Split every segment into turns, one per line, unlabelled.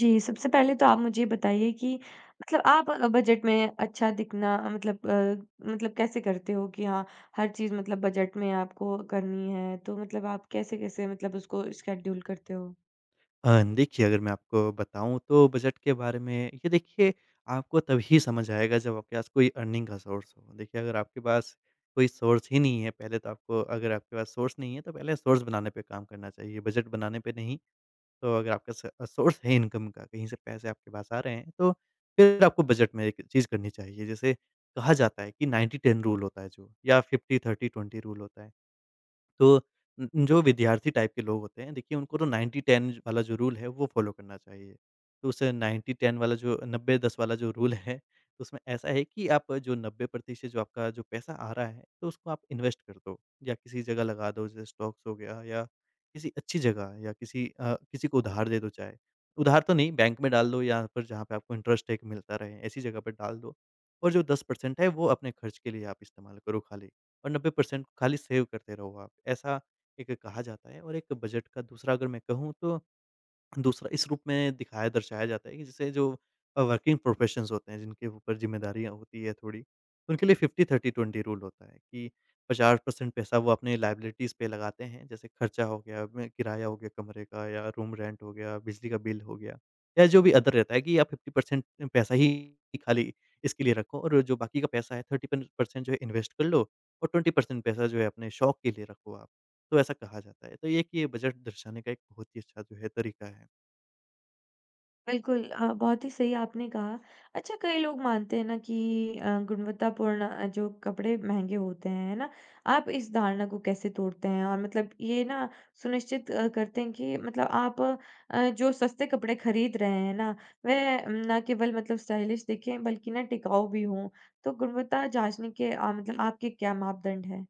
जी, सबसे पहले तो आप मुझे बताइए कि मतलब आप बजट में अच्छा दिखना मतलब कैसे करते हो कि हाँ, हर चीज़ मतलब बजट में आपको करनी है, तो मतलब आप कैसे-कैसे मतलब उसको शेड्यूल करते हो?
देखिए, अगर मैं आपको बताऊँ तो बजट के बारे में ये देखिए आपको तभी समझ आएगा जब आपके पास कोई अर्निंग का सोर्स हो। देखिए, अगर आपके पास कोई सोर्स ही नहीं है पहले, तो आपको, अगर आपके पास सोर्स नहीं है तो पहले सोर्स बनाने पे काम करना चाहिए, बजट बनाने पे नहीं। तो अगर आपका स सोर्स है इनकम का, कहीं से पैसे आपके पास आ रहे हैं, तो फिर आपको बजट में एक चीज़ करनी चाहिए। जैसे कहा जाता है कि 90-10 रूल होता है जो, या 50-30-20 रूल होता है। तो जो विद्यार्थी टाइप के लोग होते हैं, देखिए उनको तो 90-10 वाला जो रूल है, वो फ़ॉलो करना चाहिए। तो उस 90-10 वाला जो रूल है, तो उसमें ऐसा है कि आप जो 90% जो आपका जो पैसा आ रहा है, तो उसको आप इन्वेस्ट कर दो या किसी जगह लगा दो, जैसे स्टॉक्स हो गया, या किसी अच्छी जगह, या किसी को उधार दे दो चाहे। उधार तो नहीं, बैंक में डाल दो, या फिर जहाँ पे आपको इंटरेस्ट एक मिलता रहे, ऐसी जगह पे डाल दो। और जो 10% है, वो अपने खर्च के लिए आप इस्तेमाल करो खाली। और 90% खाली सेव करते रहो आप, ऐसा एक कहा जाता है। और एक बजट का दूसरा अगर मैं कहूँ, तो दूसरा इस रूप में दिखाया दर्शाया जाता है कि जैसे जो वर्किंग प्रोफेशंस होते हैं जिनके ऊपर ज़िम्मेदारियाँ होती है थोड़ी, उनके लिए 50-30-20 रूल होता है कि 50% पैसा वो अपने लायबिलिटीज़ पे लगाते हैं, जैसे खर्चा हो गया, में किराया हो गया कमरे का, या रूम रेंट हो गया, बिजली का बिल हो गया, या जो भी अदर रहता है कि आप 50% पैसा ही खाली इसके लिए रखो। और जो बाकी का पैसा है 30% जो है, इन्वेस्ट कर लो। और 20% पैसा जो है, अपने शौक के लिए रखो आप। तो ऐसा कहा जाता है। तो ये कि ये बजट दर्शाने का एक बहुत ही अच्छा जो है तरीका है।
बिल्कुल, बहुत ही सही आपने कहा। अच्छा, कई लोग मानते हैं ना कि गुणवत्तापूर्ण जो कपड़े महँगे होते हैं, है ना? आप इस धारणा को कैसे तोड़ते हैं? और मतलब ये ना सुनिश्चित करते हैं कि मतलब आप जो सस्ते कपड़े खरीद रहे हैं ना, वह ना केवल मतलब स्टाइलिश दिखें बल्कि ना टिकाऊ भी हों। तो गुणवत्ता जाँचने के मतलब आपके क्या मापदंड हैं?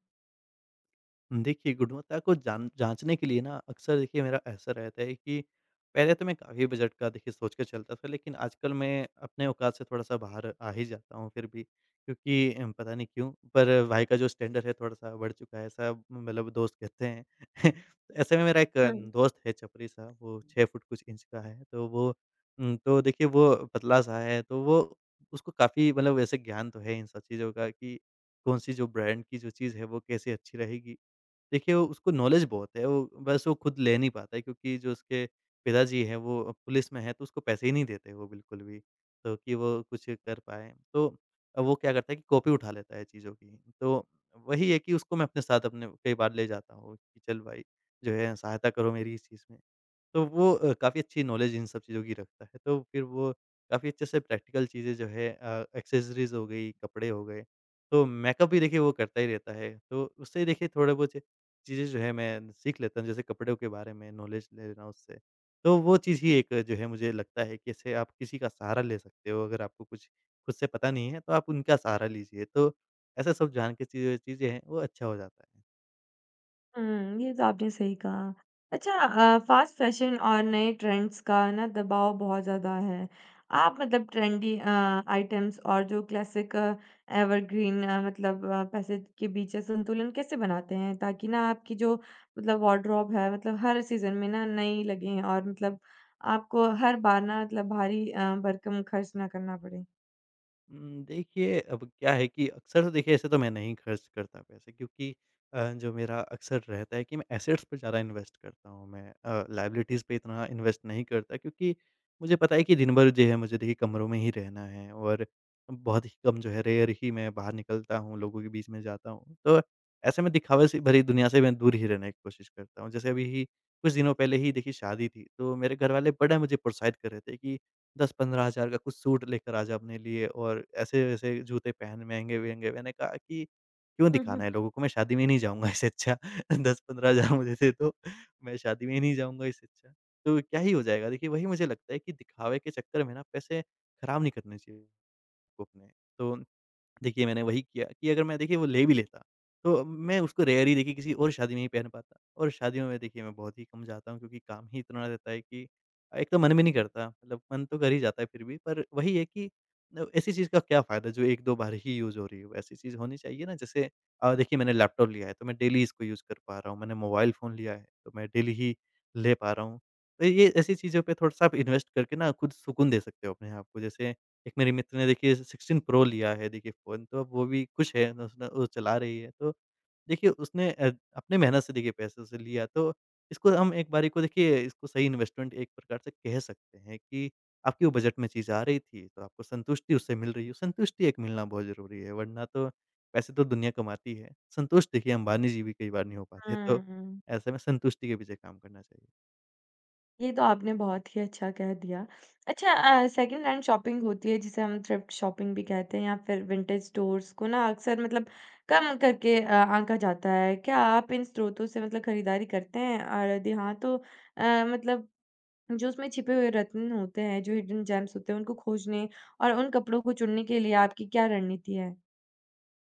देखिए, गुणवत्ता को जान जाँचने के लिए ना अक्सर देखिए मेरा ऐसा रहता है कि पहले तो मैं काफ़ी बजट का देखिए सोच के चलता था, लेकिन आजकल मैं अपने औकात से थोड़ा-सा बाहर आ ही जाता हूँ फिर भी, क्योंकि पता नहीं क्यों? पर भाई का जो स्टैंडर्ड है थोड़ा-सा बढ़ चुका है, ऐसा मतलब दोस्त कहते हैं। तो ऐसे में मेरा एक
हाँ।
दोस्त है चपरी सा, वो 6 फुट कुछ इंच का है, तो वो तो देखिए वो पतला-सा है, तो वो उसको काफ़ी मतलब वैसे ज्ञान तो है इन सब चीज़ों का, कि कौन-सी जो ब्रांड की जो चीज़ है, वो कैसे अच्छी रहेगी। देखिए, उसको नॉलेज बहुत है, वो बस वो खुद ले नहीं पाता है, क्योंकि जो उसके पिताजी हैं वो पुलिस में हैं, तो उसको पैसे ही नहीं देते वो बिल्कुल भी, तो कि वो कुछ कर पाए। तो वो क्या करता है कि कॉपी उठा लेता है चीज़ों की। तो वही है कि उसको मैं अपने साथ अपने कई बार ले जाता हूँ कि चल भाई जो है सहायता करो मेरी इस चीज़ में। तो वो काफ़ी अच्छी नॉलेज इन सब चीज़ों की रखता है, तो फिर वो काफ़ी अच्छे से प्रैक्टिकल चीज़ें जो है एक्सेसरीज़ हो गई, कपड़े हो गए, तो मेकअप भी देखिए वो करता ही रहता है। तो उससे देखिए थोड़ा बहुत चीज़ें जो है मैं सीख लेता हूँ, जैसे कपड़ों के बारे में नॉलेज ले लेना उससे। तो वो चीज़ ही एक जो है मुझे लगता है कि इससे आप किसी का सहारा ले सकते हो, अगर आपको कुछ खुद से पता नहीं है, तो आप उनका सहारा लीजिए। तो ऐसा सब जान के चीज़ें चीज़ें हैं, वो अच्छा हो जाता है।
हुँ, ये तो आपने सही कहा। अच्छा, फ़ास्ट फ़ैशन और नए ट्रेंड्स का ना दबाव बहुत ज़्यादा है। आप मतलब ट्रेंडी आइटम्स और जो क्लासिक एवरग्रीन पैसे के बीच संतुलन कैसे बनाते हैं? ताकि ना आपकी जो मतलब वार्डरोब है मतलब हर सीज़न में ना नई लगे और मतलब आपको हर बार ना मतलब भारी भरकम खर्च ना करना पड़े?
देखिए अब क्या है कि अक्सर तो देखिए ऐसे तो मैं नहीं खर्च करता पैसे, क्योंकि जो मेरा अक्सर रहता है कि मैं एसेट्स पे ज़्यादा इन्वेस्ट करता हूँ। मैं लायबिलिटीज़ पे इतना इन्वेस्ट नहीं करता, क्योंकि मुझे पता है कि दिन भर जो है मुझे देखिए कमरों में ही रहना है, और बहुत ही कम जो है रेयर ही मैं बाहर निकलता हूँ, लोगों के बीच में जाता हूँ। तो ऐसे में दिखावे से भरी दुनिया से मैं दूर ही रहने की कोशिश करता हूँ। जैसे अभी ही कुछ दिनों पहले ही देखिए शादी थी, तो मेरे घरवाले बड़ा मुझे प्रोत्साहित कर रहे थे कि 10-15 हज़ार का कुछ सूट लेकर आ जा अपने लिए, और ऐसे-वैसे जूते पहन महँगे-वहँगे। मैंने कहा कि क्यों
हुँ,
दिखाना
हुँ।
है लोगों को, मैं शादी में नहीं जाऊँगा इससे अच्छा। 10-15 हज़ार मुझे दे दो, मैं शादी में ही नहीं जाऊँगा इससे अच्छा। तो क्या ही हो जाएगा? देखिए, वही मुझे लगता है कि दिखावे के चक्कर में ना पैसे ख़राब नहीं करने चाहिए आपको अपने। तो देखिए, मैंने वही किया कि अगर मैं देखिए वो ले भी लेता, तो मैं उसको रेयर ही देखिए किसी और शादी में ही पहन पाता, और शादियों में देखिए मैं बहुत ही कम जाता हूँ, क्योंकि काम ही इतना रहता है कि एक तो मन भी नहीं करता, मतलब मन तो कर ही जाता है फिर भी, पर वही है कि ऐसी चीज़ का क्या फ़ायदा जो 1-2 बार ही यूज़ हो रही हो, ऐसी चीज़ होनी चाहिए ना, जैसे देखिए मैंने लैपटॉप लिया है तो मैं डेली इसको यूज़ कर पा रहा हूँ, मैंने मोबाइल फ़ोन लिया है तो मैं डेली ही ले पा रहा हूँ। तो ये ऐसी चीज़ों पे थोड़ा-सा आप इन्वेस्ट करके ना खुद सुकून दे सकते हो अपने आप को, जैसे एक मेरे मित्र ने देखिए 16 प्रो लिया है देखिए फ़ोन, तो अब वो भी खुश है ना, उसने वो चला रही है। तो देखिए उसने अपने मेहनत से देखिए पैसे उसे लिया, तो इसको हम एक बारी को देखिए इसको सही इन्वेस्टमेंट एक प्रकार से कह सकते हैं, कि आपकी वो बजट में चीज़ आ रही थी, तो आपको संतुष्टि उससे मिल रही है। संतुष्टि एक मिलना बहुत ज़रूरी है, वरना तो पैसे तो दुनिया कमाती है, संतुष्ट देखिए अंबानी जी भी कई बार नहीं हो पाते,
हुँ,
तो
हुँ।
ऐसे में संतुष्टि के पीछे काम करना चाहिए।
ये तो आपने बहुत ही अच्छा कह दिया। अच्छा, सेकंड हैंड शॉपिंग होती है जिसे हम थ्रिफ्ट शॉपिंग भी कहते हैं या फिर विंटेज स्टोर्स को ना अक्सर मतलब कम करके आँका जाता है। क्या आप इन स्रोतों से मतलब खरीदारी करते हैं? और यदि हाँ, तो मतलब जो उसमें छिपे हुए रत्न होते हैं, जो हिडन जेम्स होते हैं, उनको खोजने और उन कपड़ों को चुनने के लिए आपकी क्या रणनीति है?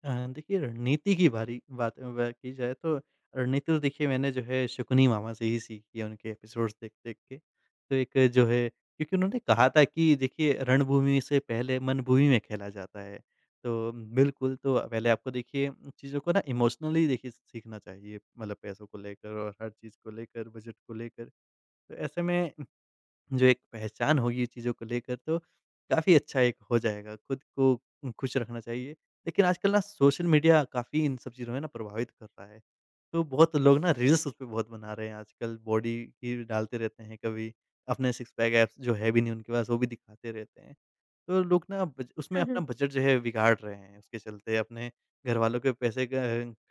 हाँ, देखिए रणनीति की बारी बात व की जाए, तो रणनीति तो देखिए मैंने जो है शकुनी मामा से ही सीखी है, उनके एपिसोड्स देख-देख के। तो एक जो है, क्योंकि उन्होंने कहा था कि देखिए रणभूमि से पहले मनभूमि में खेला जाता है। तो बिल्कुल, तो पहले आपको देखिए चीज़ों को ना इमोशनली देखिए सीखना चाहिए, मतलब पैसों को लेकर और हर चीज़ को लेकर, बजट को लेकर। तो ऐसे में जो एक पहचान होगी चीज़ों को लेकर, तो काफ़ी अच्छा एक हो जाएगा, खुद को खुश रखना चाहिए। लेकिन आजकल ना सोशल मीडिया काफ़ी इन सब चीज़ों में ना प्रभावित कर रहा है। तो बहुत लोग ना रील्स उस पे बहुत बना रहे हैं आजकल, बॉडी की डालते रहते हैं, कभी अपने सिक्स पैक एब्स जो है भी नहीं उनके पास, वो भी दिखाते रहते हैं। तो लोग ना बज उसमें अपना बजट जो है बिगाड़ रहे हैं उसके चलते, अपने घरवालों के पैसे क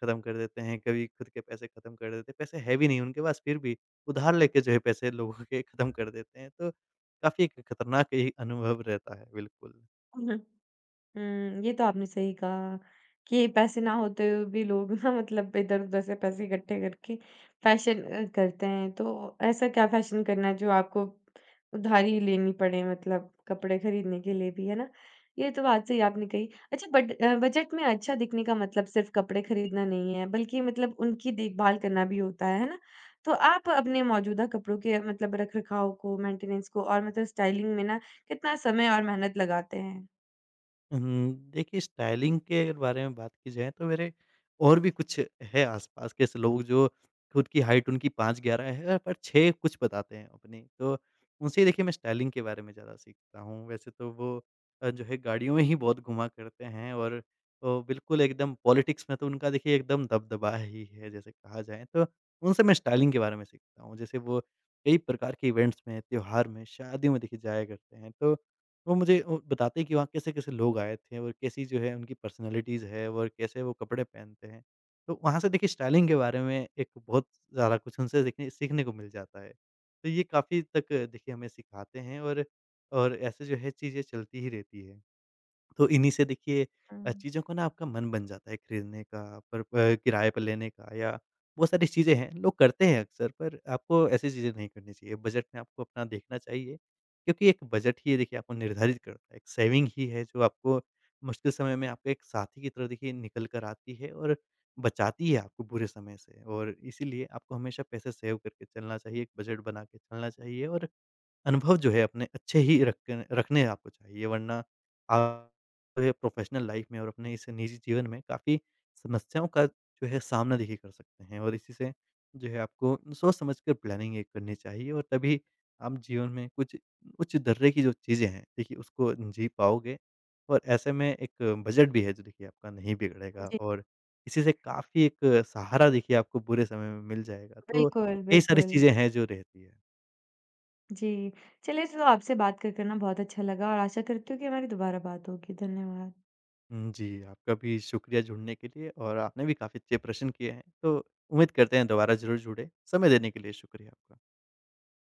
ख़त्म कर देते हैं, कभी खुद के पैसे ख़त्म कर देते हैं। पैसे है भी नहीं उनके पास, फिर भी उधार लेके जो है पैसे लोगों के ख़त्म कर देते हैं, तो काफ़ी एक खतरनाक ये अनुभव रहता है। बिल्कुल।
हम्म। हुँ, ये तो आपने सही कहा कि पैसे ना होते हुए भी लोग ना मतलब इधर-उधर से पैसे इकट्ठे करके फ़ैशन करते हैं। तो ऐसा क्या फ़ैशन करना है जो आपको उधारी लेनी पड़े मतलब कपड़े खरीदने के लिए भी, है ना? ये तो बात सही आपने कही। अच्छा, बट बजट में अच्छा दिखने का मतलब सिर्फ़ कपड़े खरीदना नहीं है, बल्कि मतलब उनकी देखभाल करना भी होता है ना? तो आप अपने मौजूदा कपड़ों के मतलब रख-रखाव को, मेंटेनेंस को और मतलब स्टाइलिंग में ना कितना समय और मेहनत लगाते हैं?
देखिए स्टाइलिंग के अगर बारे में बात की जाए, तो मेरे और भी कुछ है आस-पास के ऐसे लोग जो खुद की हाइट उनकी 5'11" है, पर 6 कुछ बताते हैं अपनी। तो उनसे ही देखिए मैं स्टाइलिंग के बारे में ज़्यादा सीखता हूँ। वैसे तो वो जो है गाड़ियों में ही बहुत घुमा करते हैं, और तो बिल्कुल एकदम पॉलिटिक्स में तो उनका देखिए एकदम दबदबा ही है, जैसे कहा जाए। तो उनसे मैं स्टाइलिंग के बारे में सीखता हूँ। जैसे वो कई प्रकार के इवेंट्स में, त्योहार में, शादियों में देखिए जाया करते हैं। तो वो मुझे बताते हैं कि वहाँ कैसे-कैसे लोग आए थे और कैसी जो है उनकी पर्सनैलिटीज़ है और कैसे वो कपड़े पहनते हैं। तो वहाँ से देखिए स्टाइलिंग के बारे में एक बहुत ज़्यादा कुछ उनसे देखने सीखने को मिल जाता है। तो ये काफ़ी तक देखिए हमें सिखाते हैं, और ऐसे जो है चीज़ें चलती ही रहती है। तो इन्हीं से देखिए
हुँ।
चीज़ों को ना आपका मन बन जाता है खरीदने का, पर प किराए पे लेने का, या बहुत सारी चीज़ें हैं, लोग करते हैं अक्सर, पर आपको ऐसी चीज़ें नहीं करनी चाहिए। बजट में आपको अपना देखना चाहिए, क्योंकि एक बजट ही देखिए आपको निर्धारित करता है, एक सेविंग ही है जो आपको मुश्किल समय में आपके एक साथी की तरह देखिए निकल कर आती है और बचाती है आपको बुरे समय से, और इसीलिए आपको हमेशा पैसे सेव करके चलना चाहिए, एक बजट बना के चलना चाहिए, और अनुभव जो है अपने अच्छे ही रखने आपको चाहिए, वरना आप जो है प्रोफ़ेशनल लाइफ़ में और अपने इस निजी जीवन में काफ़ी समस्याओं का जो है सामना देखिए कर सकते हैं, और इसी से जो है आपको सोच समझ कर प्लानिंग एक करनी चाहिए, और तभी आप जीवन में कुछ उच्च दर्रे की जो चीज़ें हैं देखिए उसको जी पाओगे, और ऐसे में एक बजट भी है जो देखिए आपका नहीं बिगड़ेगा,
जी,
और इसी से काफ़ी एक सहारा देखिए आपको बुरे समय में मिल जाएगा। तो
बिल्कुल,
यही सारी
बिल्कुल।
चीज़ें हैं जो रहती है।
जी, चलिए तो आपसे बात कर कर ना बहुत अच्छा लगा और आशा करती हूँ कि हमारी दोबारा बात होगी। धन्यवाद।
हुँ, जी, आपका भी शुक्रिया जुड़ने के लिए, और आपने भी काफ़ी अच्छे प्रश्न किए हैं, तो उम्मीद करते हैं दोबारा ज़रूर जुड़ें। समय देने के लिए शुक्रिया आपका।